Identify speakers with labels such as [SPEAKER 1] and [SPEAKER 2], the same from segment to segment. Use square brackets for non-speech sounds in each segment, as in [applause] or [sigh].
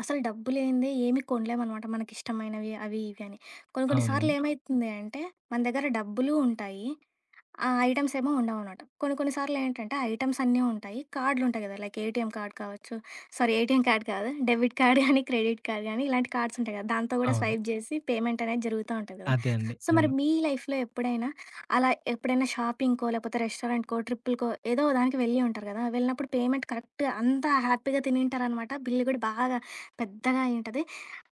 [SPEAKER 1] అసలు డబ్బు లేనిదే ఏమి కొనలేమనమాట మనకిష్టమైనవి అవి ఇవి అని. కొన్ని కొన్ని
[SPEAKER 2] అవును.
[SPEAKER 1] సార్లు ఏమైతుంది అంటే మన దగ్గర డబ్బులు ఉంటాయి. ఆ ఐటెమ్స్ ఏమో ఉండవనమాట. కొన్ని కొన్ని సార్లు ఏంటంటే, ఆ ఐటెమ్స్ అన్నీ ఉంటాయి. కార్డ్‌లుంటాయి కదా! లైక్ ఏటీఎం కార్డ్ కావచ్చు, సారీ ఏటీఎం కార్డ్ కాదు. డెబిట్ కార్డ్ గానీ, క్రెడిట్ కార్డ్ గానీ ఇలాంటి కార్డ్స్ ఉంటాయి కదా! దాంతో గూడా
[SPEAKER 2] అవును.
[SPEAKER 1] స్వైప్ జేసి పేమెంట్ అనేది జరుగుతా ఉంటది కదా!
[SPEAKER 2] అదే అండి.
[SPEAKER 1] సో, మరి
[SPEAKER 2] అవును.
[SPEAKER 1] మీ లైఫ్‌లో ఎప్పుడైనా అలా ఎప్పుడైనా షాపింగ్‌కో, లేపోతే రెస్టారెంట్‌కో, ట్రిప్పులకో ఏదో ఓ దానికి వెళ్ళి ఉంటారు కదా! వెళ్ళినప్పుడు పేమెంట్ కరెక్ట్ అంతా హ్యాపీగా తినింటారనమాట. బిల్లు గూడా బాగా పెద్దగా అయి ఉంటది.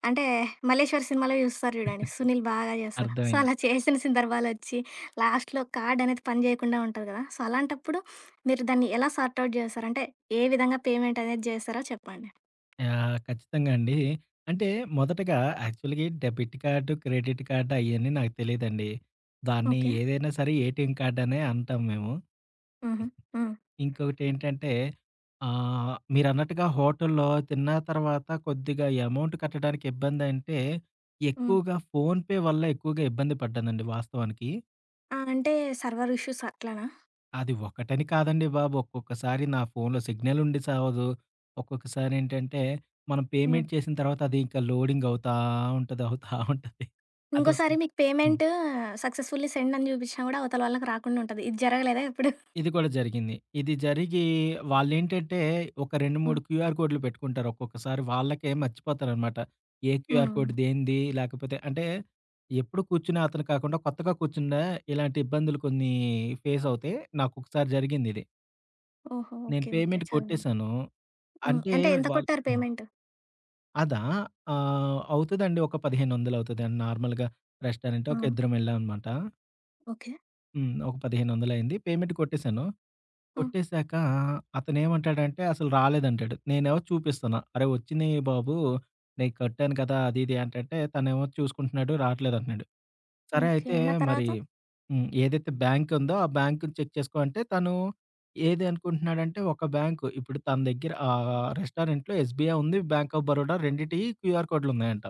[SPEAKER 1] అంటే, మల్లేశ్వరి సినిమాలో జూస్తారు జూడండి, సునీల్ బాగా జేస్తారు. సో,
[SPEAKER 2] అర్థమైంది.
[SPEAKER 1] అలా చేసిన సందర్భాలొచ్చి లాస్ట్‌లో కార్డ్ అనేది పని చేయకుండా ఉంటది కదా! సో, అలాంటప్పుడు మీరు దాన్ని ఎలా సార్ట్ ఔట్ చేస్తారు? అంటే ఏ విధంగా పేమెంట్ అనేది చేస్తారో చెప్పండి.
[SPEAKER 2] యాహ్! ఖచ్చితంగా అండి. అంటే మొదటగా యాక్చువల్‌గా డెబిట్ కార్డ్, క్రెడిట్ కార్డ్ అయన్నీ నాకు తెలీదండి. దాన్ని
[SPEAKER 1] ఓకే.
[SPEAKER 2] ఏదైనా సరే ఏటీఎం కార్డ్ అనే అంటాం మేము.
[SPEAKER 1] హుహు. హ్మ్.
[SPEAKER 2] ఇంకొకటేంటంటే మీరన్నట్టుగా హోటల్‌లో తిన్న తర్వాత కొద్దిగా అమౌంట్ కట్టడానికి ఇబ్బందంటే,
[SPEAKER 1] హ్మ్.
[SPEAKER 2] ఎక్కువగా ఫోన్‌పే వల్ల ఎక్కువగా ఇబ్బంది పడ్డానండి వాస్తవానికి.
[SPEAKER 1] ఆ! అంటే సర్వర్ ఇష్యూస్ అట్లనా?
[SPEAKER 2] అది ఒకటని కాదండి బాబు. ఒక్కొక్కసారి నా ఫోన్‌లో సిగ్నల్ ఉండి సావదు. ఒక్కొక్కసారి ఏంటంటే, మనం
[SPEAKER 1] హ్మ్.
[SPEAKER 2] పేమెంట్ చేసిన తర్వాత అది ఇంకా లోడింగ్ అవుతా ఉంటది. అవుతా ఉంటది.
[SPEAKER 1] ఇంకోసారి
[SPEAKER 2] అదసలు
[SPEAKER 1] మీకు
[SPEAKER 2] హ్మ్.
[SPEAKER 1] పేమెంట్ సక్సెస్‌ఫుల్లీ సెండ్ అని చూపించినా కూడా అవతల వాళ్ళకి రాకుండా ఉంటది. ఇది జరగలేదా ఎప్పుడు?
[SPEAKER 2] ఇది కూడా జరిగింది. ఇది జరిగి వాళ్ళేంటంటే, ఒక 2,
[SPEAKER 1] హ్మ్.
[SPEAKER 2] 3 క్యూఆర్ కోడ్‌లు పెట్టుకుంటారు. ఒక్కొక్కసారి వాళ్ళకే మర్చిపోతారనమాట. ఏ క్యూఆర్
[SPEAKER 1] హ్మ్.
[SPEAKER 2] కోడ్ దేనిది? లేకపోతే అంటే ఎప్పుడు కూర్చునే అతను కాకుండా కొత్తగా కూర్చున్న ఇలాంటి ఇబ్బందులు కొన్ని ఫేస్ అవుతాయి. నాకొకసారి జరిగిందిది.
[SPEAKER 1] ఓహో!
[SPEAKER 2] నేను
[SPEAKER 1] ఓకే. ఓకే.
[SPEAKER 2] పేమెంట్
[SPEAKER 1] చాలా బావుంది.
[SPEAKER 2] కొట్టేశాను.
[SPEAKER 1] హ్మ్.
[SPEAKER 2] అంటే
[SPEAKER 1] అంటే ఎంత
[SPEAKER 2] వాళ్
[SPEAKER 1] కొట్టారు
[SPEAKER 2] హ్మ్.
[SPEAKER 1] పేమెంట్?
[SPEAKER 2] అదా? అవుతదండి. ఒక 1500 అవుతదండి. నార్మల్‌గా రెస్టారెంట్ ఒక
[SPEAKER 1] హ్మ్.
[SPEAKER 2] ఇద్దరం వెళ్ళామనమాట.
[SPEAKER 1] ఓకే.
[SPEAKER 2] హ్మ్. ఒక 1500 అయింది. పేమెంట్ కొట్టేసాను.
[SPEAKER 1] హ్మ్.
[SPEAKER 2] కొట్టేసాక అతనేమంటాడంటే అసలు రాలేదంటాడు. నేనేమో చూపిస్తున్నా. "అరే! వచ్చినియి బాబు. నేను కట్టాను కదా!" అది ఇది అంటంటే తనేమో చూసుకుంటున్నాడు రావట్లేదంటున్నాడు. సరే
[SPEAKER 1] ఓకే.
[SPEAKER 2] అయితే
[SPEAKER 1] మరి
[SPEAKER 2] మరి
[SPEAKER 1] తర్వాత?
[SPEAKER 2] హ్మ్. ఏదైతే బ్యాంక్ ఉందో ఆ బ్యాంక్‌ని చెక్ చేసుకో అంటే తను ఏది అనుకుంటున్నాడంటే ఒక బ్యాంకు ఇప్పుడు తన దగ్గర రెస్టారెంట్‌లో ఎస్‌బీఐ ఉంది, బ్యాంక్ ఆఫ్ బరోడా రెండిటియి క్యూఆర్ కోడ్‌లు ఉన్నాయంట.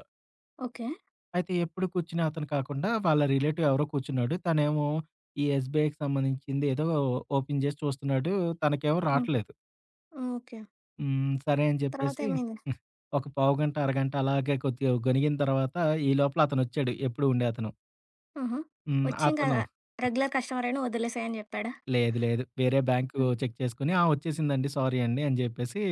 [SPEAKER 1] ఓకే.
[SPEAKER 2] అయితే ఎప్పుడు కూర్చునే అతను కాకుండా వాళ్ళ రిలేటివ్ ఎవరో కూర్చున్నాడు. తనేమో ఈ ఎస్‌బీఐకి సంబంధించింది ఏదో ఓపెన్ చేసి చూస్తున్నాడు. తనకేమో
[SPEAKER 1] హ్మ్.
[SPEAKER 2] రాట్లేదు.
[SPEAKER 1] హ్మ్. ఓకే.
[SPEAKER 2] హ్మ్. సరే అని
[SPEAKER 1] తర్వాత
[SPEAKER 2] చెప్పేసి
[SPEAKER 1] ఏమైంది?
[SPEAKER 2] [laughs] ఒక పావుగంట, అరగంట అలాగే కొద్దిగా గొనిగిన తర్వాత ఈ లోపల అతనొచ్చాడు. ఎప్పుడు ఉండే అతను.
[SPEAKER 1] ఆహా!
[SPEAKER 2] హ్మ్.
[SPEAKER 1] వచ్చి ఇంకా
[SPEAKER 2] అతను
[SPEAKER 1] రెగ్యులర్ కస్టమరని వదిలేసేయని జెప్పాడా?
[SPEAKER 2] లేదు. లేదు. వేరే బ్యాంకు
[SPEAKER 1] హ్మ్.
[SPEAKER 2] చెక్ చేసుకొని, "ఆ! వచ్చేసిందండి. సారీ అండి" అని జెప్పేసి,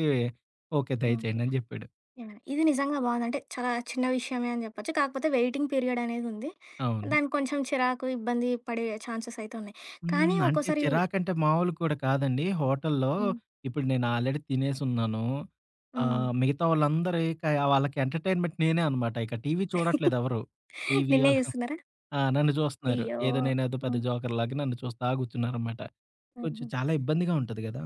[SPEAKER 2] "ఓకే.
[SPEAKER 1] ఓకే.
[SPEAKER 2] దయచేయండి" అని జెప్పాడు.
[SPEAKER 1] యాహ్! ఇది నిజంగా బావుంది. అంటే చాలా చిన్న విషయమే అని జెప్పొచ్చు. కాకపోతే వెయిటింగ్ పీరియడ్ అనేది ఉంది.
[SPEAKER 2] అవును.
[SPEAKER 1] దానికి కొంచెం చిరాకు, ఇబ్బంది పడే ఛాన్సెస్ అయితే ఉన్నాయి. కానీ
[SPEAKER 2] హ్మ్. అంటే
[SPEAKER 1] ఒక్కోసారి
[SPEAKER 2] చిరాకంటే మామూలు కూడా కాదండి. హోటల్‌లో
[SPEAKER 1] హ్మ్.
[SPEAKER 2] ఇప్పుడు నేను ఆల్రెడీ తినేసున్నాను.
[SPEAKER 1] హ్మ్.
[SPEAKER 2] మిగతా వాళ్ళందరూ ఇక వాళ్ళకి ఎంటర్‌టైన్‌మెంట్ నేనే అనమాట. ఇక టీవీ
[SPEAKER 1] [laughs]
[SPEAKER 2] చూడట్లేదెవరు. టీవీయో
[SPEAKER 1] నిన్నే జూస్తున్నారా?
[SPEAKER 2] ఆ! నన్ను జూస్తున్నారు.
[SPEAKER 1] అయ్యో!
[SPEAKER 2] ఏదో నేనేదో పెద్ద
[SPEAKER 1] హ్మ్.
[SPEAKER 2] జోకర్‌లాగా నన్ను చూస్తా గూర్చున్నారనమాట. కొంచెం
[SPEAKER 1] హుహు.
[SPEAKER 2] చాలా ఇబ్బందిగా ఉంటది గదా!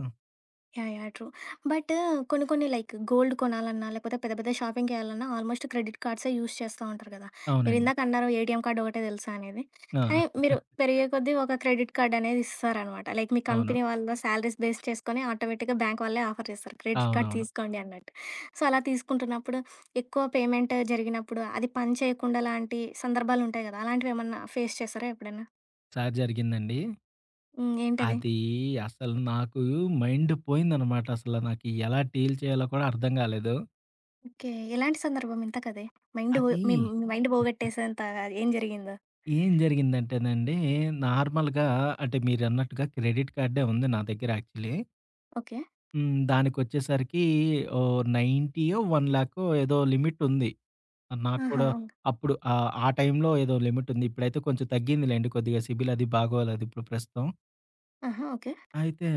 [SPEAKER 1] యాహ్! యాహ్! ట్రూ. బట్ కొన్ని కొన్ని లైక్ గోల్డ్ కొనాలన్నా, లేకపోతే పెద్ద పెద్ద షాపింగ్ చేయాలన్నా ఆల్మోస్ట్ క్రెడిట్ కార్డ్సే యూజ్ చేస్తా ఉంటారు కదా!
[SPEAKER 2] అవునండి.
[SPEAKER 1] మీరిందాక అన్నారు ఏటీఎం కార్డ్ ఒకటే తెలుసా అనేది.
[SPEAKER 2] ఆ!
[SPEAKER 1] కానీ మీరు
[SPEAKER 2] [laughs]
[SPEAKER 1] పెరిగే కొద్దీ ఒక క్రెడిట్ కార్డ్ అనేది ఇస్తారనమాట. లైక్ మీ
[SPEAKER 2] అవును.
[SPEAKER 1] కంపెనీ వాళ్ళ సాలరీస్ బేస్ చేసుకొని ఆటోమేటిక్‌గా బ్యాంక్ వాళ్ళే ఆఫర్ చేస్తారు. క్రెడిట్ కార్డ్
[SPEAKER 2] అవునవును.
[SPEAKER 1] తీసుకోండి అన్నట్టు. సో, అలా తీసుకుంటున్నప్పుడు ఎక్కువ పేమెంట్ జరిగినప్పుడు అది పని చేయకుండా లాంటి సందర్భాలుంటాయి కదా! అలాంటివేమన్నా ఫేస్ చేసారా ఎప్పుడైనా?
[SPEAKER 2] ఒకసారి జరిగిందండి.
[SPEAKER 1] హ్మ్. ఏంటది?
[SPEAKER 2] అది అసలు నాకు మైండ్ పోయిందనమాట. అసల నాకు ఎలా డీల్ చేయాలో కూడా అర్థం కాలేదు.
[SPEAKER 1] ఓకే. ఎలాంటి సందర్భం ఇంతకదే? మైండ్ బో
[SPEAKER 2] అది
[SPEAKER 1] మీ మీ మైండ్ పోగొట్టేసేంత ఏం జరిగిందా?
[SPEAKER 2] ఏం జరిగిందంటేనండి, నార్మల్‌గా అంటే మీరన్నట్టుగా క్రెడిట్ కార్డే ఉంది నా దగ్గర యాక్చువల్లీ.
[SPEAKER 1] ఓకే.
[SPEAKER 2] హ్మ్. దానికొచ్చేసరికి ఓహ్! 90యో, 1,00,000 ఏదో లిమిట్ ఉంది. నాకు
[SPEAKER 1] ఆహా!
[SPEAKER 2] కూడా
[SPEAKER 1] ఓహ్!
[SPEAKER 2] అప్పుడు ఆ టైంలో ఏదో లిమిట్ ఉంది. ఇప్పుడైతే కొంచెం తగ్గిందిలెండి. కొద్దిగా సిబిల్ అది బాగోలేదు ఇప్పుడు ప్రస్తుతం.
[SPEAKER 1] ఆహా! ఓకే.
[SPEAKER 2] అయితే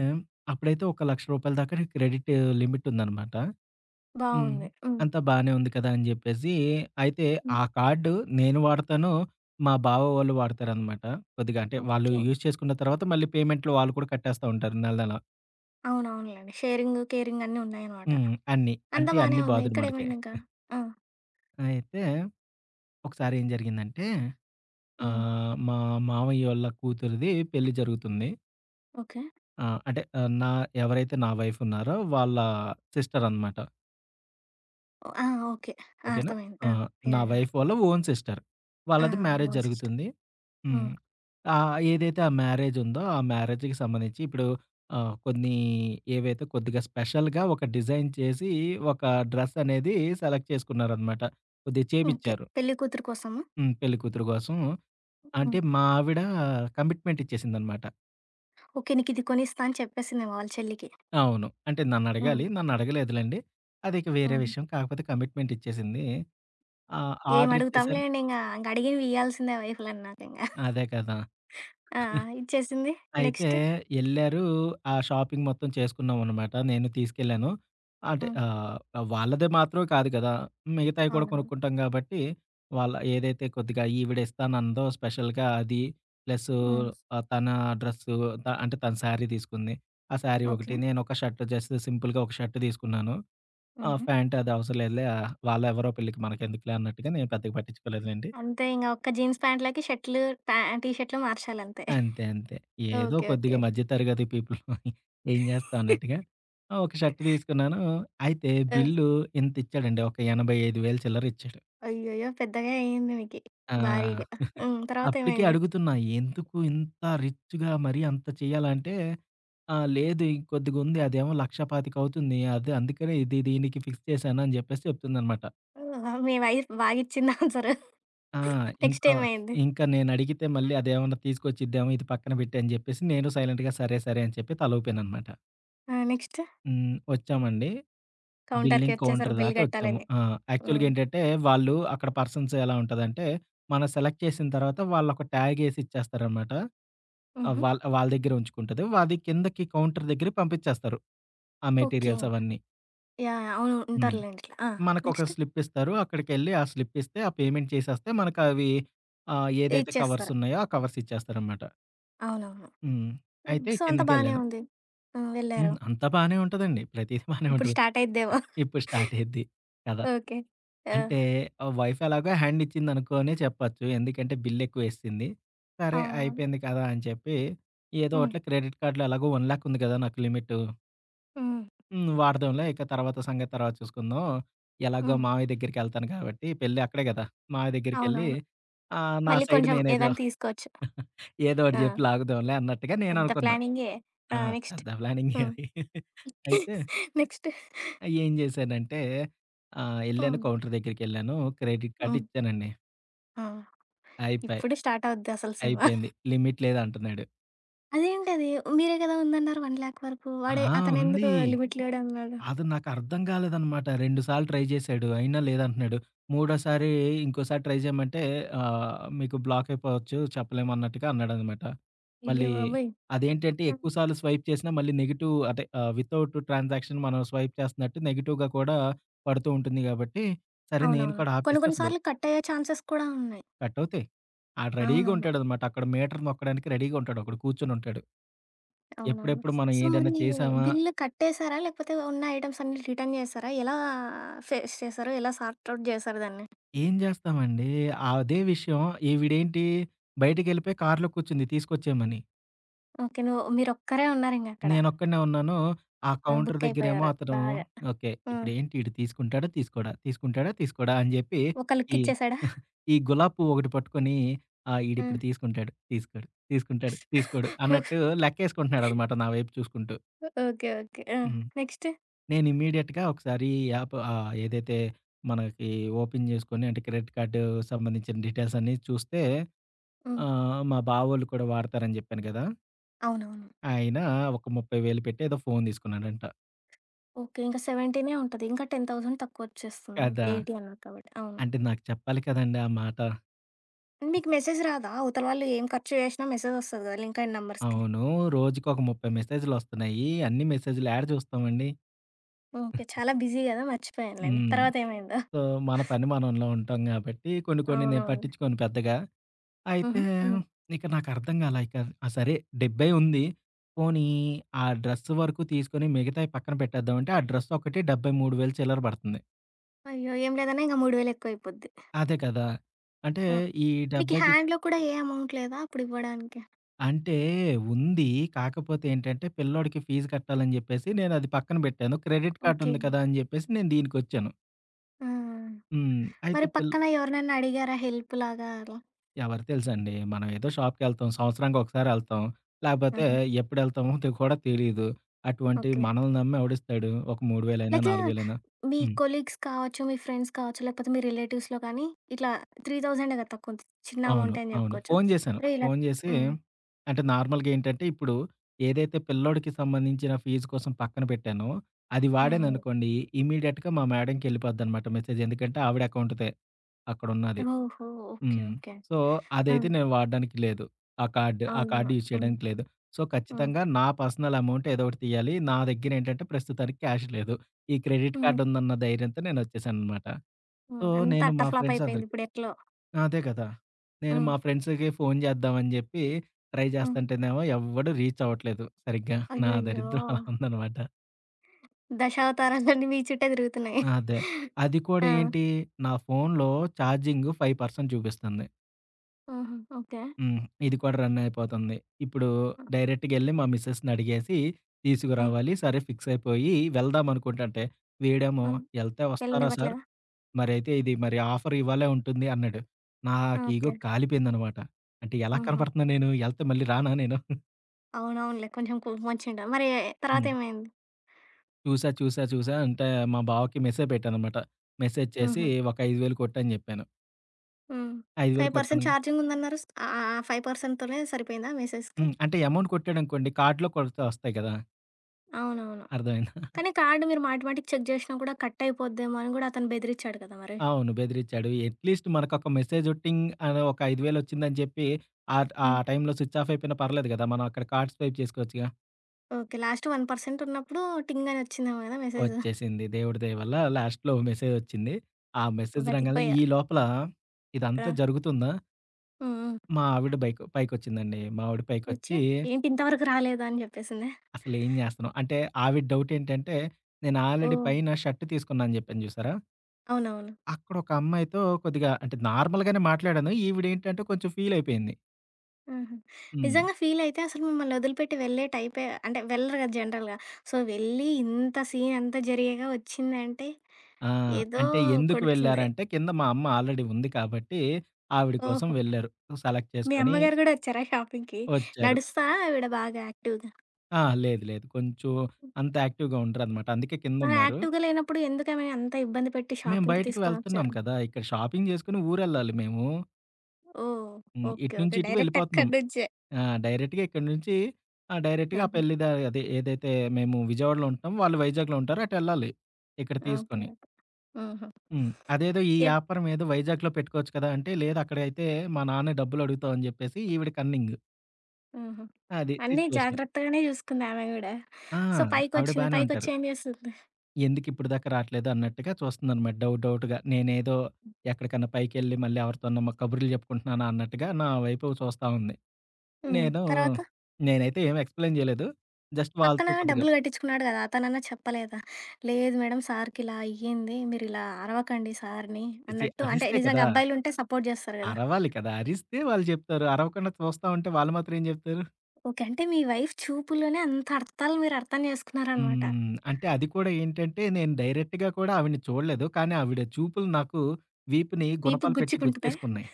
[SPEAKER 2] అప్పుడైతే ఒక రూ. 1,00,000 దాకా క్రెడిట్ లిమిట్ ఉందనమాట. హ్మ్.
[SPEAKER 1] బావుంది. హ్మ్.
[SPEAKER 2] అంతా బానే ఉంది కదా! అని జెప్పేసి అయితే
[SPEAKER 1] హ్మ్.
[SPEAKER 2] ఆ కార్డు నేను వాడతాను. మా బావ వాళ్ళు వాడతారనమాట. కొద్దిగా అంటే వాళ్ళు
[SPEAKER 1] ఓకే.
[SPEAKER 2] యూజ్ చేసుకున్న తర్వాత మళ్ళీ పేమెంట్లు వాళ్ళు కూడా కట్టేస్తా ఉంటారు నెల నెల.
[SPEAKER 1] అవునవునులెండి. షేరింగ్, కేరింగ్ అన్నీ ఉన్నాయనమాట.
[SPEAKER 2] హ్మ్. అన్నీ.
[SPEAKER 1] అంతా
[SPEAKER 2] అంటే
[SPEAKER 1] బానే
[SPEAKER 2] అన్ని
[SPEAKER 1] ఉంది.
[SPEAKER 2] బాధలు మనకే.
[SPEAKER 1] ఇక్కడేమైందింకా? ఆ!
[SPEAKER 2] అయితే ఒకసారి ఏం జరిగిందంటే
[SPEAKER 1] హ్మ్.
[SPEAKER 2] మా మామయ్యోళ్ళ కూతురిది పెళ్లి జరుగుతుంది.
[SPEAKER 1] ఓకే.
[SPEAKER 2] ఆ! అంటే ఆహ్, నా ఎవరైతే నా వైఫ్ ఉన్నారో వాళ్ళ సిస్టర్ అనమాట.
[SPEAKER 1] ఓ, ఆ! ఓకే. ఆ!
[SPEAKER 2] ఓకేనా?
[SPEAKER 1] అర్థమైంది.
[SPEAKER 2] ఆ!
[SPEAKER 1] ఆ!
[SPEAKER 2] నా
[SPEAKER 1] యాహ్! యాహ్!
[SPEAKER 2] వైఫ్ వాళ్ళ ఓన్ సిస్టర్.
[SPEAKER 1] ఆ!
[SPEAKER 2] వాళ్ళది మ్యారేజ్
[SPEAKER 1] బోన్ సిస్టర్.
[SPEAKER 2] జరుగుతుంది. హ్మ్.
[SPEAKER 1] హ్మ్.
[SPEAKER 2] ఆ! ఏదైతే ఆ మ్యారేజ్ ఉందో, ఆ మ్యారేజ్‌కి సంబంధించి ఇప్పుడు కొన్ని ఏవైతే కొద్దిగా స్పెషల్‌గా ఒక డిజైన్ చేసి, ఒక డ్రెస్ అనేది సెలెక్ట్ చేసుకున్నారనమాట. కొద్దిగా
[SPEAKER 1] ఓకే.
[SPEAKER 2] చేపిచ్చారు.
[SPEAKER 1] పెళ్లి కూతురు కోసమా?
[SPEAKER 2] హ్మ్. పెళ్లి కూతురు కోసం. అంటే
[SPEAKER 1] హ్మ్.
[SPEAKER 2] మా ఆవిడ కమిట్మెంట్ ఇచ్చేసిందనమాట.
[SPEAKER 1] ఓకే. నీకిది కొనిస్తా అని చెప్పేసిందేమో వాళ్ళ చెల్లికి.
[SPEAKER 2] అవును. అంటే
[SPEAKER 1] హ్మ్.
[SPEAKER 2] నన్నడగాలి. నన్నడగలేదులెండి. అది ఇక వేరే
[SPEAKER 1] హుహు.
[SPEAKER 2] విషయం. కాకపోతే కమిట్మెంట్ ఇచ్చేసింది. ఆర్డర్ ఇచ్చేసారు.
[SPEAKER 1] ఏమడుగుతాంలేండి ఇంగా. ఇంగడిగినవి ఇయ్యాల్సిందే వైఫ్‌లన్నాకింగా.
[SPEAKER 2] అదే కదా!
[SPEAKER 1] ఆ! ఇచ్చేసింది.
[SPEAKER 2] అయితే
[SPEAKER 1] నెక్స్ట్?
[SPEAKER 2] ఎళ్లారు. ఆ షాపింగ్ మొత్తం చేసుకున్నామనమాట. నేను తీసుకెళ్ళాను. అంటే
[SPEAKER 1] హ్మ్.
[SPEAKER 2] వాళ్ళదే మాత్రమే కాదు కదా! మిగతావి కూడా
[SPEAKER 1] అవునవును.
[SPEAKER 2] కొనుక్కుంటాం కాబట్టి, వాళ్ళ ఏదైతే కొద్దిగా ఈవిడ ఇస్తానందో స్పెషల్‌గా అది ప్లస్సు
[SPEAKER 1] హ్మ్.
[SPEAKER 2] తన డ్రెస్సు అంటే తన శారీ తీసుకుంది. ఆ శారీ ఒకటి,
[SPEAKER 1] ఓకే.
[SPEAKER 2] నేనొక షర్ట్ జస్ట్ సింపుల్‌గా ఒక షర్ట్ తీసుకున్నాను. ఆ!
[SPEAKER 1] హుహు.
[SPEAKER 2] ప్యాంట్ అది అవసరం లేదులే. వాళ్ళెవరో పెళ్ళికి మనకెందుకులే అన్నట్టుగా నేను పెద్దగా పట్టించుకోలేదులెండి.
[SPEAKER 1] అంతే ఇంగ ఒక్క జీన్స్ ప్యాంట్‌లకి షర్టులు, ప్యా టీ షర్టులు మార్చాలంతే.
[SPEAKER 2] అంతే. అంతే. ఏదో
[SPEAKER 1] ఓకే.
[SPEAKER 2] కొద్దిగా
[SPEAKER 1] ఓకే.
[SPEAKER 2] మధ్య తరగతి పీపుల్ [laughs] ఏం చేస్తాం అన్నట్టుగా. ఆ! ఒక షర్ట్ తీసుకున్నాను. అయితే
[SPEAKER 1] ఆ!
[SPEAKER 2] బిల్లు ఇంతిచ్చాడండి. ఒక 85,000 చిల్లర ఇచ్చాడు.
[SPEAKER 1] అయ్యయ్యో! పెద్దగా అయింది మీకి.
[SPEAKER 2] ఆ!
[SPEAKER 1] భారీగా.
[SPEAKER 2] [laughs]
[SPEAKER 1] హ్మ్.
[SPEAKER 2] అప్పటికే
[SPEAKER 1] తర్వాతేమైంది?
[SPEAKER 2] అడుగుతున్నా. ఎందుకు ఇంత రిచ్‌గా మరి అంత చేయాలా? అంటే లేదు ఇంకొద్దిగుంది. అదేమో 1,25,000 అవుతుంది. అది అందుకనే ఇది దీనికి ఫిక్స్ చేశాను అని చెప్పేసి చెప్తుందనమాట.
[SPEAKER 1] ఓహ్! మీ వైఫ్ బాగిచ్చింది ఆన్సరు.
[SPEAKER 2] ఆ!
[SPEAKER 1] నెక్స్ట్
[SPEAKER 2] ఇంకా
[SPEAKER 1] ఏమైంది?
[SPEAKER 2] ఇంకా నేనడిగితే మళ్ళీ అదేమన్నా తీసుకొచ్చిద్దేమో ఇది పక్కన పెట్టు అని చెప్పేసి నేను సైలెంట్‌గా సరే, సరే అని చెప్పి తలూపాననమాట.
[SPEAKER 1] ఆ! నెక్స్ట్?
[SPEAKER 2] హ్మ్. వచ్చామండి.
[SPEAKER 1] కౌంటర్‌కి
[SPEAKER 2] బిల్లింగ్
[SPEAKER 1] వచ్చేసారు
[SPEAKER 2] కౌంటర్
[SPEAKER 1] బిల్
[SPEAKER 2] దాకా వచ్చాము.
[SPEAKER 1] కట్టాలని.
[SPEAKER 2] ఆ! యాక్చువల్‌గా
[SPEAKER 1] హ్మ్.
[SPEAKER 2] ఏంటంటే, వాళ్ళు అక్కడ పర్సన్స్ ఎలా ఉంటదంటే, మనం సెలెక్ట్ చేసిన తర్వాత వాళ్ళొక ట్యాగేసి ఇచ్చేస్తారనమాట. ఆహ్,
[SPEAKER 1] హుహు.
[SPEAKER 2] వాళ్ళ వాళ్ళ దగ్గర ఉంచుకుంటది. అది కిందకి కౌంటర్ దగ్గరికి పంపించేస్తారు. ఆ
[SPEAKER 1] ఓకే.
[SPEAKER 2] Materials
[SPEAKER 1] yeah!
[SPEAKER 2] అవన్నీ.
[SPEAKER 1] యాహ్! అవును.
[SPEAKER 2] హ్మ్.
[SPEAKER 1] ఉంటారులెండి ఇట్లా. ఆ!
[SPEAKER 2] మనకొక
[SPEAKER 1] నెక్స్ట్?
[SPEAKER 2] స్లిప్ ఇస్తారు. అక్కడికెళ్ళి ఆ స్లిప్ ఇస్తే, ఆ పేమెంట్ చేసేస్తే మనకవి ఏదైతే కవర్స్
[SPEAKER 1] ఇచ్చేస్తారు.
[SPEAKER 2] ఉన్నాయో, ఆ కవర్స్ ఇచ్చేస్తారనమాట.
[SPEAKER 1] అవునవును.
[SPEAKER 2] హ్మ్.
[SPEAKER 1] హ్మ్.
[SPEAKER 2] అయితే
[SPEAKER 1] సో, అంతా బానే
[SPEAKER 2] కిందకెళ్ళాను.
[SPEAKER 1] ఉంది. హ్మ్.
[SPEAKER 2] హ్మ్.
[SPEAKER 1] వెళ్లారు.
[SPEAKER 2] అంతా బానే ఉంటదండి. ప్రతీది బానే
[SPEAKER 1] ఇప్పుడు
[SPEAKER 2] ఉంటది.
[SPEAKER 1] స్టార్ట్ అయిద్దేమో.
[SPEAKER 2] ఇప్పుడు స్టార్ట్ అయ్యిద్ది కథ.
[SPEAKER 1] ఓకే. ఆ!
[SPEAKER 2] అంటే వైఫ్ ఎలాగో హ్యాండ్ ఇచ్చిందనుకోనే చెప్పొచ్చు. ఎందుకంటే బిల్ ఎక్కువేసేసింది. సరే
[SPEAKER 1] అవునవును.
[SPEAKER 2] అయిపోయింది కదా! అని చెప్పి ఏదో
[SPEAKER 1] హ్మ్.
[SPEAKER 2] ఒకట్ల క్రెడిట్ కార్డ్‌లో ఎలాగో 1,00,000 ఉంది కదా! నాకు లిమిటు.
[SPEAKER 1] హ్మ్.
[SPEAKER 2] హ్మ్. వాడదాంలే ఇక తర్వాత సంగతి తర్వాత చూసుకుందాం. ఎలాగో
[SPEAKER 1] హ్మ్.
[SPEAKER 2] మావయ్య దగ్గరికెళ్తాను కాబట్టి పెళ్లి అక్కడే కదా! మావయ్య దగ్గరికెళ్ళి
[SPEAKER 1] అవునవును.
[SPEAKER 2] నా
[SPEAKER 1] మళ్ళీ
[SPEAKER 2] సైడ్
[SPEAKER 1] కొంచెం
[SPEAKER 2] నేనేదో
[SPEAKER 1] ఏదైనా తీసుకోవచ్చు.
[SPEAKER 2] ఏదో ఒకటి
[SPEAKER 1] ఆ!
[SPEAKER 2] చెప్పి లాగుదాంలే అన్నట్టుగా
[SPEAKER 1] పెద్ద
[SPEAKER 2] నేననుకున్నా.
[SPEAKER 1] ప్లానింగే. ఆ!
[SPEAKER 2] ఆ!
[SPEAKER 1] నెక్స్ట్.
[SPEAKER 2] పెద్ద ప్లానింగే
[SPEAKER 1] హ్మ్.
[SPEAKER 2] అది. అయితే
[SPEAKER 1] [laughs] నెక్స్ట్.
[SPEAKER 2] ఏం జేశానంటే ఎళ్ళాను
[SPEAKER 1] హ్మ్.
[SPEAKER 2] కౌంటర్ దగ్గరికెళ్ళాను. క్రెడిట్ కార్డ్
[SPEAKER 1] హ్మ్.
[SPEAKER 2] ఇచ్చానండి.
[SPEAKER 1] ఆ!
[SPEAKER 2] అయిపాయి.
[SPEAKER 1] ఇప్పుడు స్టార్ట్ అవుద్ది అసలు సినిమా.
[SPEAKER 2] అయిపోయింది. లిమిట్ లేదంటున్నాడు.
[SPEAKER 1] అదేంటది? మీరే కదా ఉందన్నారు 1,00,000 వరకు. వాడే
[SPEAKER 2] ఆ! ఉంది.
[SPEAKER 1] అతనెందుకు లిమిట్‌లేడు అన్నాడు?
[SPEAKER 2] అది నాకు అర్థం గాలేదనమాట. 2 సార్లు ట్రై జేశాడు. అయినా లేదంటున్నాడు. మూడోసారి ఇంకోసారి ట్రై జేయమంటే మీకు బ్లాక్ అయిపోవచ్చు చెప్పలేము అన్నట్టుగా అన్నాడనమాట.
[SPEAKER 1] అయ్య
[SPEAKER 2] మళ్ళీ
[SPEAKER 1] బాబోయ్!
[SPEAKER 2] అదేంటంటే
[SPEAKER 1] హ్మ్.
[SPEAKER 2] ఎక్కువ సార్లు స్వైప్ చేసినా మళ్ళీ నెగెటివ్ అదే వితౌట్ ట్రాన్సాక్షన్ మనం స్వైప్ చేస్తున్నట్టు నెగెటివ్‌గా కూడా పడుతూ ఉంటుంది గాబట్టి, సరే నేను
[SPEAKER 1] అవునవును.
[SPEAKER 2] కూడా
[SPEAKER 1] కొన్ని
[SPEAKER 2] ఆపేసి
[SPEAKER 1] కొన్ని
[SPEAKER 2] అసలు
[SPEAKER 1] సార్లు కట్ అయ్యే ఛాన్సెస్ కూడా ఉన్నాయి.
[SPEAKER 2] కట్టవుతాయి. ఆడు రెడీగా
[SPEAKER 1] అవునవును.
[SPEAKER 2] ఉంటాడనమాట. అక్కడ మీటర్ నొక్కడానికి రెడీగా ఉంటాడు. ఒకడు కూర్చొని ఉంటాడు.
[SPEAKER 1] అవునవును.
[SPEAKER 2] ఎప్పుడెప్పుడు మనం
[SPEAKER 1] సో, మరి
[SPEAKER 2] ఏదైనా చేశామా?
[SPEAKER 1] బిల్లు కట్టేసారా? లేకపోతే ఉన్న ఐటెమ్స్ అన్నీ రిటర్న్ చేసారా? ఎలా ఫేస్ చేసారు? ఎలా సార్ట్ ఔట్ చేసారు దాన్ని?
[SPEAKER 2] ఏం చేస్తామండి? అదే విషయం ఈవిడేంటి బయటికెళ్ళిపోయి కార్‌లో కూర్చుంది తీసుకొచ్చేయమని.
[SPEAKER 1] ఓకే. నువ్వు మీరొక్కరే ఉన్నారింగక్కడ.
[SPEAKER 2] నేనొక్కడినే ఉన్నాను. ఆ
[SPEAKER 1] ఆ!
[SPEAKER 2] కౌంటర్
[SPEAKER 1] బుక్
[SPEAKER 2] దగ్గరేమో
[SPEAKER 1] అయిపోయారు
[SPEAKER 2] అతను
[SPEAKER 1] బాగా.
[SPEAKER 2] ఓకే.
[SPEAKER 1] హ్మ్.
[SPEAKER 2] ఇప్పుడేంటి ఈడు తీసుకుంటాడా? తీసుకోడా? తీసుకుంటాడా? తీసుకోడా? అని చెప్పి
[SPEAKER 1] ఒక లుక్
[SPEAKER 2] ఈ
[SPEAKER 1] ఇచ్చేసాడా?
[SPEAKER 2] ఈ గులాబీ పువ్వు ఒకటి పట్టుకొని
[SPEAKER 1] ఆ!
[SPEAKER 2] ఈడిప్పుడు తీసుకుంటాడు. తీసుకోడు. తీసుకుంటాడు. తీసుకోడు అన్నట్టు లెక్కేసుకుంటున్నాడనమాట నా వైపు చూసుకుంటూ.
[SPEAKER 1] ఓకే. ఓకే. ఆ!
[SPEAKER 2] హ్మ్.
[SPEAKER 1] నెక్స్ట్?
[SPEAKER 2] నేను ఇమ్మీడియేట్‌గా ఒకసారి యాప్ ఏదైతే మనకి ఓపెన్ చేసుకొని అంటే క్రెడిట్ కార్డ్ సంబంధించిన డీటెయిల్స్ అన్నీ చూస్తే
[SPEAKER 1] హ్మ్.
[SPEAKER 2] మా బావోళ్ళు కూడా వాడతారని చెప్పాను కదా!
[SPEAKER 1] అవునవును.
[SPEAKER 2] ఆయన ఒక 30,000 పెట్టి ఏదో ఫోన్ తీసుకున్నాడంట.
[SPEAKER 1] ఓకే. ఇంకా 70 ఉంటది. ఇంకా 10,000 తక్కువొచ్చేస్తుంది మీకు.
[SPEAKER 2] కదా!
[SPEAKER 1] 80 అన్నారు కాబట్టి. అవును.
[SPEAKER 2] అంటే నాకు చెప్పాలి కదండీ ఆ మాట.
[SPEAKER 1] మీకు మెసేజ్ రాదా? అవతల వాళ్ళు ఏం ఖర్చు చేసినా మెసేజ్ వస్తది కదా! లింక్డ్ఇన్ నంబర్స్‌కి.
[SPEAKER 2] అవును. రోజుకొక 30 మెసేజ్‌లొస్తున్నాయి. అన్ని మెసేజ్‌లు ఏడ చూస్తామండి.
[SPEAKER 1] ఓకే. చాలా బిజీ కదా! మర్చిపోయానులెండి.
[SPEAKER 2] హ్మ్.
[SPEAKER 1] తర్వాతేమైందో?
[SPEAKER 2] సో, మన పని మనంలో ఉంటాం కాబట్టి కొన్ని కొన్ని నేను
[SPEAKER 1] అవునవును.
[SPEAKER 2] పట్టించుకోను పెద్దగా. అయితే
[SPEAKER 1] హుహు. హ్మ్.
[SPEAKER 2] ఇక నాకర్థం గాలా ఇక. ఆ! సరే 70 ఉంది. పోనీ ఆ డ్రెస్ వరకు తీసుకొని మిగతాయి పక్కన పెట్టేద్దాం అంటే, ఆ డ్రెస్ ఒక్కటి 73,000 చిల్లర పడుతుంది.
[SPEAKER 1] అయ్యో! ఏం లేదన్నా ఇంక 3,000 ఎక్కువైపోద్ది.
[SPEAKER 2] అదే కదా! అంటే
[SPEAKER 1] ఆ!
[SPEAKER 2] ఈ
[SPEAKER 1] మీకు
[SPEAKER 2] 70కి
[SPEAKER 1] హ్యాండ్‌లో కూడా ఏ అమౌంట్ లేదా అప్పుడు ఇవ్వడానికి?
[SPEAKER 2] అంటే ఉంది. కాకపోతే ఏంటంటే పిల్లోడికి ఫీజు కట్టాలని జెప్పేసి నేనది పక్కన బెట్టాను. Credit card
[SPEAKER 1] okay.
[SPEAKER 2] ఉంది కదా! అని జెప్పేసి నేను దీనికొచ్చాను.
[SPEAKER 1] ఆ!
[SPEAKER 2] హ్మ్. అయితే
[SPEAKER 1] మరి
[SPEAKER 2] పిల్
[SPEAKER 1] పక్కన ఎవరినైనా అడిగారా హెల్ప్ లాగా అలా?
[SPEAKER 2] ఎవరికి తెలుసండి. మనం ఏదో షాప్‌కెళ్తాం. సంవత్సరానికి ఒకసారెళ్తాం. లేకపోతే
[SPEAKER 1] ఆహా!
[SPEAKER 2] ఎప్పుడెళ్తామో కూడా తెలీదు. అటువంటి
[SPEAKER 1] ఓకే.
[SPEAKER 2] మనల్ని నమ్మి ఎవడిస్తాడు? ఒక 3,000
[SPEAKER 1] లైక్
[SPEAKER 2] 4,000
[SPEAKER 1] మీ
[SPEAKER 2] హ్మ్.
[SPEAKER 1] కొలీగ్స్ కావచ్చు, మీ ఫ్రెండ్స్ కావచ్చు, లేకపోతే మీ రిలేటివ్స్‌లో కానీ ఇట్లా 3,000 కదా తక్కువ ఉంది, చిన్న
[SPEAKER 2] అవును.
[SPEAKER 1] అమౌంటే అని
[SPEAKER 2] అవును.
[SPEAKER 1] చెప్పుకోవచ్చు.
[SPEAKER 2] ఫోను జేశాను.
[SPEAKER 1] రే ఇలా
[SPEAKER 2] ఫోను జేసి
[SPEAKER 1] హ్మ్.
[SPEAKER 2] అంటే నార్మల్‌గా ఏంటంటే, ఇప్పుడు ఏదైతే పిల్లోడికి సంబంధించిన ఫీజు కోసం పక్కన పెట్టానో, అది
[SPEAKER 1] హ్మ్.
[SPEAKER 2] వాడాననుకోండి ఇమ్మీడియేట్‌గా మా మేడం‌కెళ్ళిపోద్దనమాట మెసేజ్. ఎందుకంటే ఆవిడ అకౌంట్‌దే అక్కడున్నది.
[SPEAKER 1] ఓహో! ఓకే.
[SPEAKER 2] హ్మ్.
[SPEAKER 1] ఓకే.
[SPEAKER 2] సో, అదైతే
[SPEAKER 1] హ్మ్.
[SPEAKER 2] నేను వాడడానికి లేదు. ఆ కార్డ్. ఆ కార్డ్
[SPEAKER 1] అవును.
[SPEAKER 2] యూజ్
[SPEAKER 1] హ్మ్.
[SPEAKER 2] చేయడానికి లేదు. సో,
[SPEAKER 1] హ్మ్.
[SPEAKER 2] ఖచ్చితంగా నా పర్సనల్ అమౌంట్ ఏదో ఒకటి తీయాలి. నా దగ్గరేంటంటే ప్రస్తుతానికి క్యాష్ లేదు. ఈ క్రెడిట్
[SPEAKER 1] హ్మ్.
[SPEAKER 2] కార్డ్ ఉందన్న ధైర్యంతో నేనొచ్చేసాననమాట. సో,
[SPEAKER 1] హ్మ్. అంతా
[SPEAKER 2] నేను మా
[SPEAKER 1] అట్టర్‌ఫ్లాప్
[SPEAKER 2] ఫ్రెండ్స్
[SPEAKER 1] అయిపోయింది
[SPEAKER 2] అందరికి
[SPEAKER 1] ఇప్పుడు ఎట్లో.
[SPEAKER 2] అదే కదా! నేను
[SPEAKER 1] హ్మ్.
[SPEAKER 2] మా ఫ్రెండ్స్‌కి ఫోను చేద్దామని చెప్పి ట్రై
[SPEAKER 1] హ్మ్.
[SPEAKER 2] చేస్తంటేనేమో ఎవ్వడు రీచ్ అవ్వట్లేదు సరిగ్గా. నా
[SPEAKER 1] అయ్యయ్యో!
[SPEAKER 2] దరిద్రం అలా ఉందనమాట.
[SPEAKER 1] దశావతారాలన్నీ మీ చుట్టే తిరుగుతున్నాయి.
[SPEAKER 2] అదే. అది కూడా
[SPEAKER 1] ఆ!
[SPEAKER 2] ఏంటి, నా ఫోనులో ఛార్జింగ్ 5% చూపిస్తుంది.
[SPEAKER 1] ఆహా! ఓకే.
[SPEAKER 2] హ్మ్. ఇది కూడా రన్ అయిపోతుంది. ఇప్పుడు
[SPEAKER 1] ఆ!
[SPEAKER 2] డైరెక్ట్‌గెళ్లి మా మిసెస్‌ని అడిగేసి
[SPEAKER 1] ఆ!
[SPEAKER 2] తీసుకురావాలి. సరే ఫిక్స్ అయిపోయి వెళ్దామనుకుంటుంటే, వీడేమో
[SPEAKER 1] ఆ!
[SPEAKER 2] "ఎళ్తే వస్తారా సార్?
[SPEAKER 1] వెళ్ళనివ్వట్లేదా?
[SPEAKER 2] మరైతే ఇది మరి ఆఫర్ ఇవాళే ఉంటుంది" అన్నాడు.
[SPEAKER 1] ఆ!
[SPEAKER 2] నాకు ఇగో
[SPEAKER 1] ఓకే.
[SPEAKER 2] కాలిపోయిందనమాట. అంటే ఎలా
[SPEAKER 1] ఆహా!
[SPEAKER 2] కనపడుతున్నా నేను? ఎళ్తే మళ్ళీ రానా నేను?
[SPEAKER 1] అవునవునులే. కొంచెం కోపమొచ్చిండ. మరి
[SPEAKER 2] హ్మ్.
[SPEAKER 1] తర్వాతేమైంది?
[SPEAKER 2] చూసా, చూసా, చూసా అంటే మా బావకి మెసేజ్ పెట్టాననమాట. మెసేజ్ చేసి
[SPEAKER 1] హుహు.
[SPEAKER 2] ఒక 5000 కొట్టని చెప్పాను.
[SPEAKER 1] హ్మ్.
[SPEAKER 2] 5000
[SPEAKER 1] 5%
[SPEAKER 2] కొట్టాను.
[SPEAKER 1] ఛార్జింగ్ ఉందన్నారు. ఆ ఆ ఆ 5% తోనే సరిపోయిందా మెసేజ్‌కి?
[SPEAKER 2] హ్మ్. అంటే అమౌంట్ కొట్టాడనుకోండి కార్డ్‌లో కొడితే వస్తాయి కదా!
[SPEAKER 1] అవునవును.
[SPEAKER 2] అర్థమైందా?
[SPEAKER 1] కానీ కార్డ్ మీరు మాటి మాటికి చెక్ చేషినా కూడా కట్ అయిపోద్దేమో అని కూడా అతను బెదిరిచ్చాడు కదా! మరి?
[SPEAKER 2] అవును. బెదిరిచ్చాడు. అట్‌లీస్ట్ మనకొక మెసేజొట్టింగ్ అని ఒక 5,000 వచ్చిందని చెప్పి ఆ ఆ
[SPEAKER 1] హ్మ్.
[SPEAKER 2] టైంలో స్విచ్ ఆఫ్ అయిపోయినా పర్లేదు గదా! మనం అక్కడ కార్డ్ స్వైప్ చేసుకోవచ్చుగా.
[SPEAKER 1] ఓకే. లాస్ట్ 1% ఉన్నప్పుడు టింగ్ అని వచ్చిందేమో కదా! మెసేజు.
[SPEAKER 2] వచ్చేసింది. దేవుడి దయ వల్ల లాస్ట్‌లో మెసేజొచ్చింది. ఆ మెసేజ్ రాంగానే ఈ
[SPEAKER 1] బతికిపోయారు.
[SPEAKER 2] లోపల
[SPEAKER 1] ఆ!
[SPEAKER 2] ఇదంతా జరుగుతుందా
[SPEAKER 1] హ్మ్. హ్మ్.
[SPEAKER 2] మా ఆవిడ బైక్ పైకొచ్చిందండి. మా ఆవిడ
[SPEAKER 1] వచ్చి
[SPEAKER 2] పైకొచ్చి
[SPEAKER 1] "ఏంటి ఇంతవరకు రాలేదా?" అని జెప్పేసిందా?
[SPEAKER 2] "అసలేం జేస్తున్నావు?" అంటే ఆవిడ డౌట్ ఏంటంటే నేను ఆల్రెడీ
[SPEAKER 1] ఓహ్!
[SPEAKER 2] పైన షర్ట్ తీసుకున్నా అని జెప్పాను జూసారా?
[SPEAKER 1] అవునవును.
[SPEAKER 2] అక్కడ ఒక అమ్మాయితో కొద్దిగా అంటే నార్మల్‌గానే మాట్లాడాను. ఈవిడేంటంటే కొంచెం ఫీల్ అయిపోయింది.
[SPEAKER 1] ఆహా!
[SPEAKER 2] హ్మ్.
[SPEAKER 1] నిజంగా ఫీలయితే అసలు మిమ్మల్ని వదిలిపెట్టి వెళ్ళే టైపే అంటే వెళ్ళరు గదా! జనరల్‌గా. సో, వెళ్ళి ఇంత సీన్ అంతా జరిగాక వచ్చిందంటే
[SPEAKER 2] ఆ!
[SPEAKER 1] ఏదో
[SPEAKER 2] అంటే ఎందుకు
[SPEAKER 1] కొడుతుంది.
[SPEAKER 2] వెళ్లారంటే కింద మా అమ్మ ఆల్రెడీ ఉంది కాబట్టి, ఆవిడ కోసం
[SPEAKER 1] ఓహో!
[SPEAKER 2] వెళ్లారు. సెలెక్ట్
[SPEAKER 1] మీ
[SPEAKER 2] చేసుకొని
[SPEAKER 1] అమ్మగారు గూడా వచ్చారా షాపింగ్‌కి?
[SPEAKER 2] వచ్చారు.
[SPEAKER 1] నడుస్తా ఆవిడ బాగా యాక్టివ్‌గా?
[SPEAKER 2] ఆ! లేదు లేదు. కొంచెం అంత యాక్టివ్‌గా ఉండరనమాట. అందుకే
[SPEAKER 1] మరి
[SPEAKER 2] కిందున్నారు.
[SPEAKER 1] యాక్టివ్‌గా లేనప్పుడు ఎందుకమె అంత ఇబ్బంది పెట్టి
[SPEAKER 2] మేము
[SPEAKER 1] షాపింగ్‌కి
[SPEAKER 2] బయటికి వెళ్తున్నాం
[SPEAKER 1] తీసుకొనొచ్చారు?
[SPEAKER 2] కదా! ఇక్కడ షాపింగ్ చేసుకొని ఊరెళ్ళాలి మేము.
[SPEAKER 1] ఓహ్!
[SPEAKER 2] హ్మ్. ఇటు
[SPEAKER 1] ఓకే.
[SPEAKER 2] నుంచి
[SPEAKER 1] ఓకే.
[SPEAKER 2] ఇటు
[SPEAKER 1] డైరెక్ట్
[SPEAKER 2] వెళ్ళిపోతున్నాం.
[SPEAKER 1] అక్కడి నుంచే.
[SPEAKER 2] ఆ! డైరెక్ట్‌గా ఇక్కడి నుంచి డైరెక్ట్‌గా ఆ
[SPEAKER 1] ఆహా!
[SPEAKER 2] పెళ్లి దా అదే ఏదైతే మేము విజయవాడలో ఉంటామో, వాళ్ళు వైజాగ్‌లో ఉంటారో అటెళ్ళాలి. ఇక్కడ
[SPEAKER 1] ఓకే.
[SPEAKER 2] తీసుకొని.
[SPEAKER 1] ఓకే. హుహు.
[SPEAKER 2] హ్మ్. అదేదో ఈ
[SPEAKER 1] ఎప్
[SPEAKER 2] యాపారం ఏదో వైజాగ్‌లో పెట్టుకోవచ్చు కదా! అంటే లేదు అక్కడైతే మా నాన్న డబ్బులు అడుగుతావని జెప్పేసి ఈవిడ కన్నింగ్.
[SPEAKER 1] ఆహా!
[SPEAKER 2] అది
[SPEAKER 1] అన్నీ
[SPEAKER 2] సిట్యుయేషన్.
[SPEAKER 1] జాగ్రత్తగానే జూసుకుందామె గూడా.
[SPEAKER 2] ఆ!
[SPEAKER 1] సో,
[SPEAKER 2] ఆవిడ
[SPEAKER 1] పైకొచ్చింది.
[SPEAKER 2] బానే
[SPEAKER 1] పైకొచ్చి
[SPEAKER 2] ఉంటారు.
[SPEAKER 1] ఏం జేస్తుంది?
[SPEAKER 2] ఎందుకిప్పటి దాకా రాట్లేదు అన్నట్టుగా చూస్తుందనమాట డౌట్ డౌట్‌గా. నేనేదో ఎక్కడికన్నా పైకెళ్ళి మళ్ళీ ఎవరితోనో మా కబుర్లు చెప్పుకుంటున్నానా అన్నట్టుగా నా వైపు చూస్తా ఉంది.
[SPEAKER 1] హ్మ్.
[SPEAKER 2] నేను
[SPEAKER 1] తర్వాత
[SPEAKER 2] నేనైతే ఏమి ఎక్స్‌ప్లెయిన్ జేయలేదు. జస్ట్
[SPEAKER 1] పక్కన
[SPEAKER 2] వాళ్ళతో కొద్దిగా
[SPEAKER 1] డబ్బులు గట్టించుకున్నాడు గదా! అతనన్నా చెప్పలేదా? లేదు మేడం సార్‌కిలా అయ్యింది. మీరిలా అరవకండి సార్‌ని
[SPEAKER 2] ఛీ!
[SPEAKER 1] అన్నట్టు అంటే
[SPEAKER 2] అరిస్తే కదా!
[SPEAKER 1] నిజంగా అబ్బాయిలుంటే సపోర్ట్ జేస్తారు గదా!
[SPEAKER 2] అరవాలి కదా! అరిస్తే వాళ్ళు జెప్తారు. అరవకుండా చూస్తా ఉంటే వాళ్ళు మాత్రం ఏం జెప్తారు?
[SPEAKER 1] ఓకే. అంటే మీ వైఫ్ చూపులోనే అంత అర్థాలు మీరు అర్థం జేసుకున్నారనమాట.
[SPEAKER 2] హ్మ్. అంటే అది కూడా ఏంటంటే, నేను డైరెక్ట్‌గా కూడా ఆవిడని చూడలేదు. కానీ ఆవిడ చూపులు నాకు వీపుని
[SPEAKER 1] వీపుకి
[SPEAKER 2] గుణపాలు పెట్టి
[SPEAKER 1] గుచ్చుకుంటున్నాయి.
[SPEAKER 2] గుర్తేసుకున్నాయి.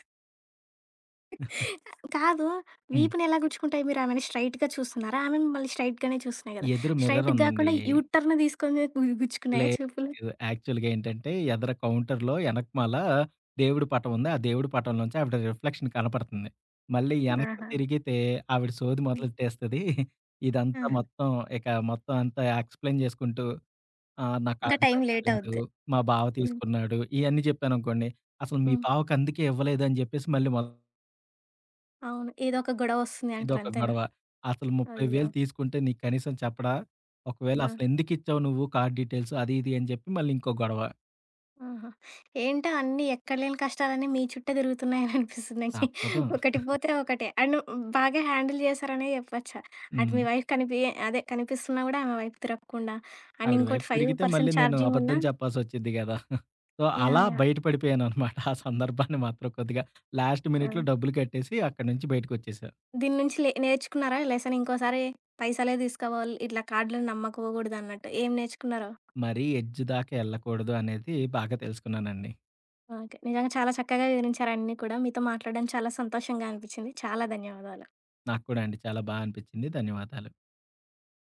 [SPEAKER 1] కాదు.
[SPEAKER 2] హ్మ్.
[SPEAKER 1] వీపునెలా గుచ్చుకుంటాయి? మీరు ఆమెని స్ట్రెయిట్‌గా చూస్తున్నారా? ఆమె మిమ్మల్ని స్ట్రెయిట్‌గానే చూస్తున్నాయి గదా!
[SPEAKER 2] ఎదురు మిర్రర్
[SPEAKER 1] స్ట్రెయిట్‌గా
[SPEAKER 2] ఉందండి.
[SPEAKER 1] గాకుండా యూ టర్న్ తీసుకొని గుచ్చుకున్నాయా
[SPEAKER 2] లేదు.
[SPEAKER 1] చూపులు?
[SPEAKER 2] లేదు. యాక్చువల్‌గా ఏంటంటే, ఎదర కౌంటర్‌లో ఎనకమాల దేవుడి పటం ఉంది. ఆ దేవుడి పటంలోంచి ఆవిడ రిఫ్లెక్షన్ కనపడుతుంది. మళ్ళీ ఎనక్కి
[SPEAKER 1] ఆహా!
[SPEAKER 2] తిరిగితే ఆవిడ సోది
[SPEAKER 1] హ్మ్.
[SPEAKER 2] మొదలెట్టేస్తది. ఇదంతా
[SPEAKER 1] ఆహా!
[SPEAKER 2] మొత్తం ఇక మొత్తం అంతా ఎక్స్‌ప్లెయిన్ చేసుకుంటూ ఆ!
[SPEAKER 1] ఇంకా
[SPEAKER 2] నాకాది
[SPEAKER 1] టైం లేట్
[SPEAKER 2] పనిచేయలేదు.
[SPEAKER 1] అవుద్ది.
[SPEAKER 2] మా బావ
[SPEAKER 1] హ్మ్.
[SPEAKER 2] తీసుకున్నాడు. ఇయన్నీ చెప్పాననుకోండి. అసలు మీ
[SPEAKER 1] హ్మ్.
[SPEAKER 2] బావకందుకే ఇవ్వలేదని జెప్పేసి మళ్ళీ మొత్తం
[SPEAKER 1] అవును. ఏదో ఒక గొడవ వస్తుంది అంటారు
[SPEAKER 2] ఇదొక
[SPEAKER 1] అంతేనా?
[SPEAKER 2] గొడవ. అసలు
[SPEAKER 1] అయ్యో!
[SPEAKER 2] 30,000 తీసుకుంటే నీకు కనీసం చెప్పడా? ఒకవేళ
[SPEAKER 1] ఆ!
[SPEAKER 2] అసలెందుకిచ్చావు నువ్వు కార్డ్ డీటెయిల్స్ అది ఇది అని జెప్పి మళ్ళీ ఇంకో గొడవ.
[SPEAKER 1] ఆహా! ఏంటో అన్నీ ఎక్కడ లేని కష్టాలన్నీ మీ చుట్టే తిరుగుతున్నాయని అనిపిస్తుంది నాకి.
[SPEAKER 2] తప్పదు.
[SPEAKER 1] ఒకటి పోతే ఒకటే. అండ్ బాగా హ్యాండిల్ చేశారనే చెప్పొచ్చు. అటు
[SPEAKER 2] హ్మ్.
[SPEAKER 1] మీ వైఫ్ కనిపి అదే కనిపిస్తున్నా కూడా ఆమె వైపు తిరగకుండా, అండ్
[SPEAKER 2] ఆవిడ వైపు
[SPEAKER 1] ఇంకోటి
[SPEAKER 2] తిరిగితే
[SPEAKER 1] 5%
[SPEAKER 2] మళ్ళీ నేను
[SPEAKER 1] ఛార్జింగ్
[SPEAKER 2] అబద్ధం
[SPEAKER 1] ఉన్నా
[SPEAKER 2] చెప్పాల్సొచ్చిద్ది గదా! సో, అలా
[SPEAKER 1] యాహ్! యాహ్!
[SPEAKER 2] బయట పడిపోయాననమాట. ఆ సందర్భాన్ని మాత్రం కొద్దిగా లాస్ట్
[SPEAKER 1] ఆ!
[SPEAKER 2] మినిట్‌లో డబ్బులు కట్టేసి అక్కడి నుంచి బయటకొచ్చేసా.
[SPEAKER 1] దీని నుంచి నేర్చుకున్నారా లెసన్ ఇంకోసారి పైసలే తీసుకోవాలి, ఇట్లా కార్డ్‌లను నమ్మకపోకూడదు అన్నట్టు. ఏం నేర్చుకున్నారు?
[SPEAKER 2] మరీ ఎడ్జ్ దాకా ఎళ్ళకూడదు అనేది బాగా తెలుసుకున్నానండి.
[SPEAKER 1] ఓకే. నిజంగా చాలా చక్కగా వివరించారు అన్నీ కూడా. మీతో మాట్లాడడం చాలా సంతోషంగా అనిపిచ్చింది. చాలా ధన్యవాదాలు.
[SPEAKER 2] నాకు కూడా అండి. చాలా బా అనిపించింది. ధన్యవాదాలు.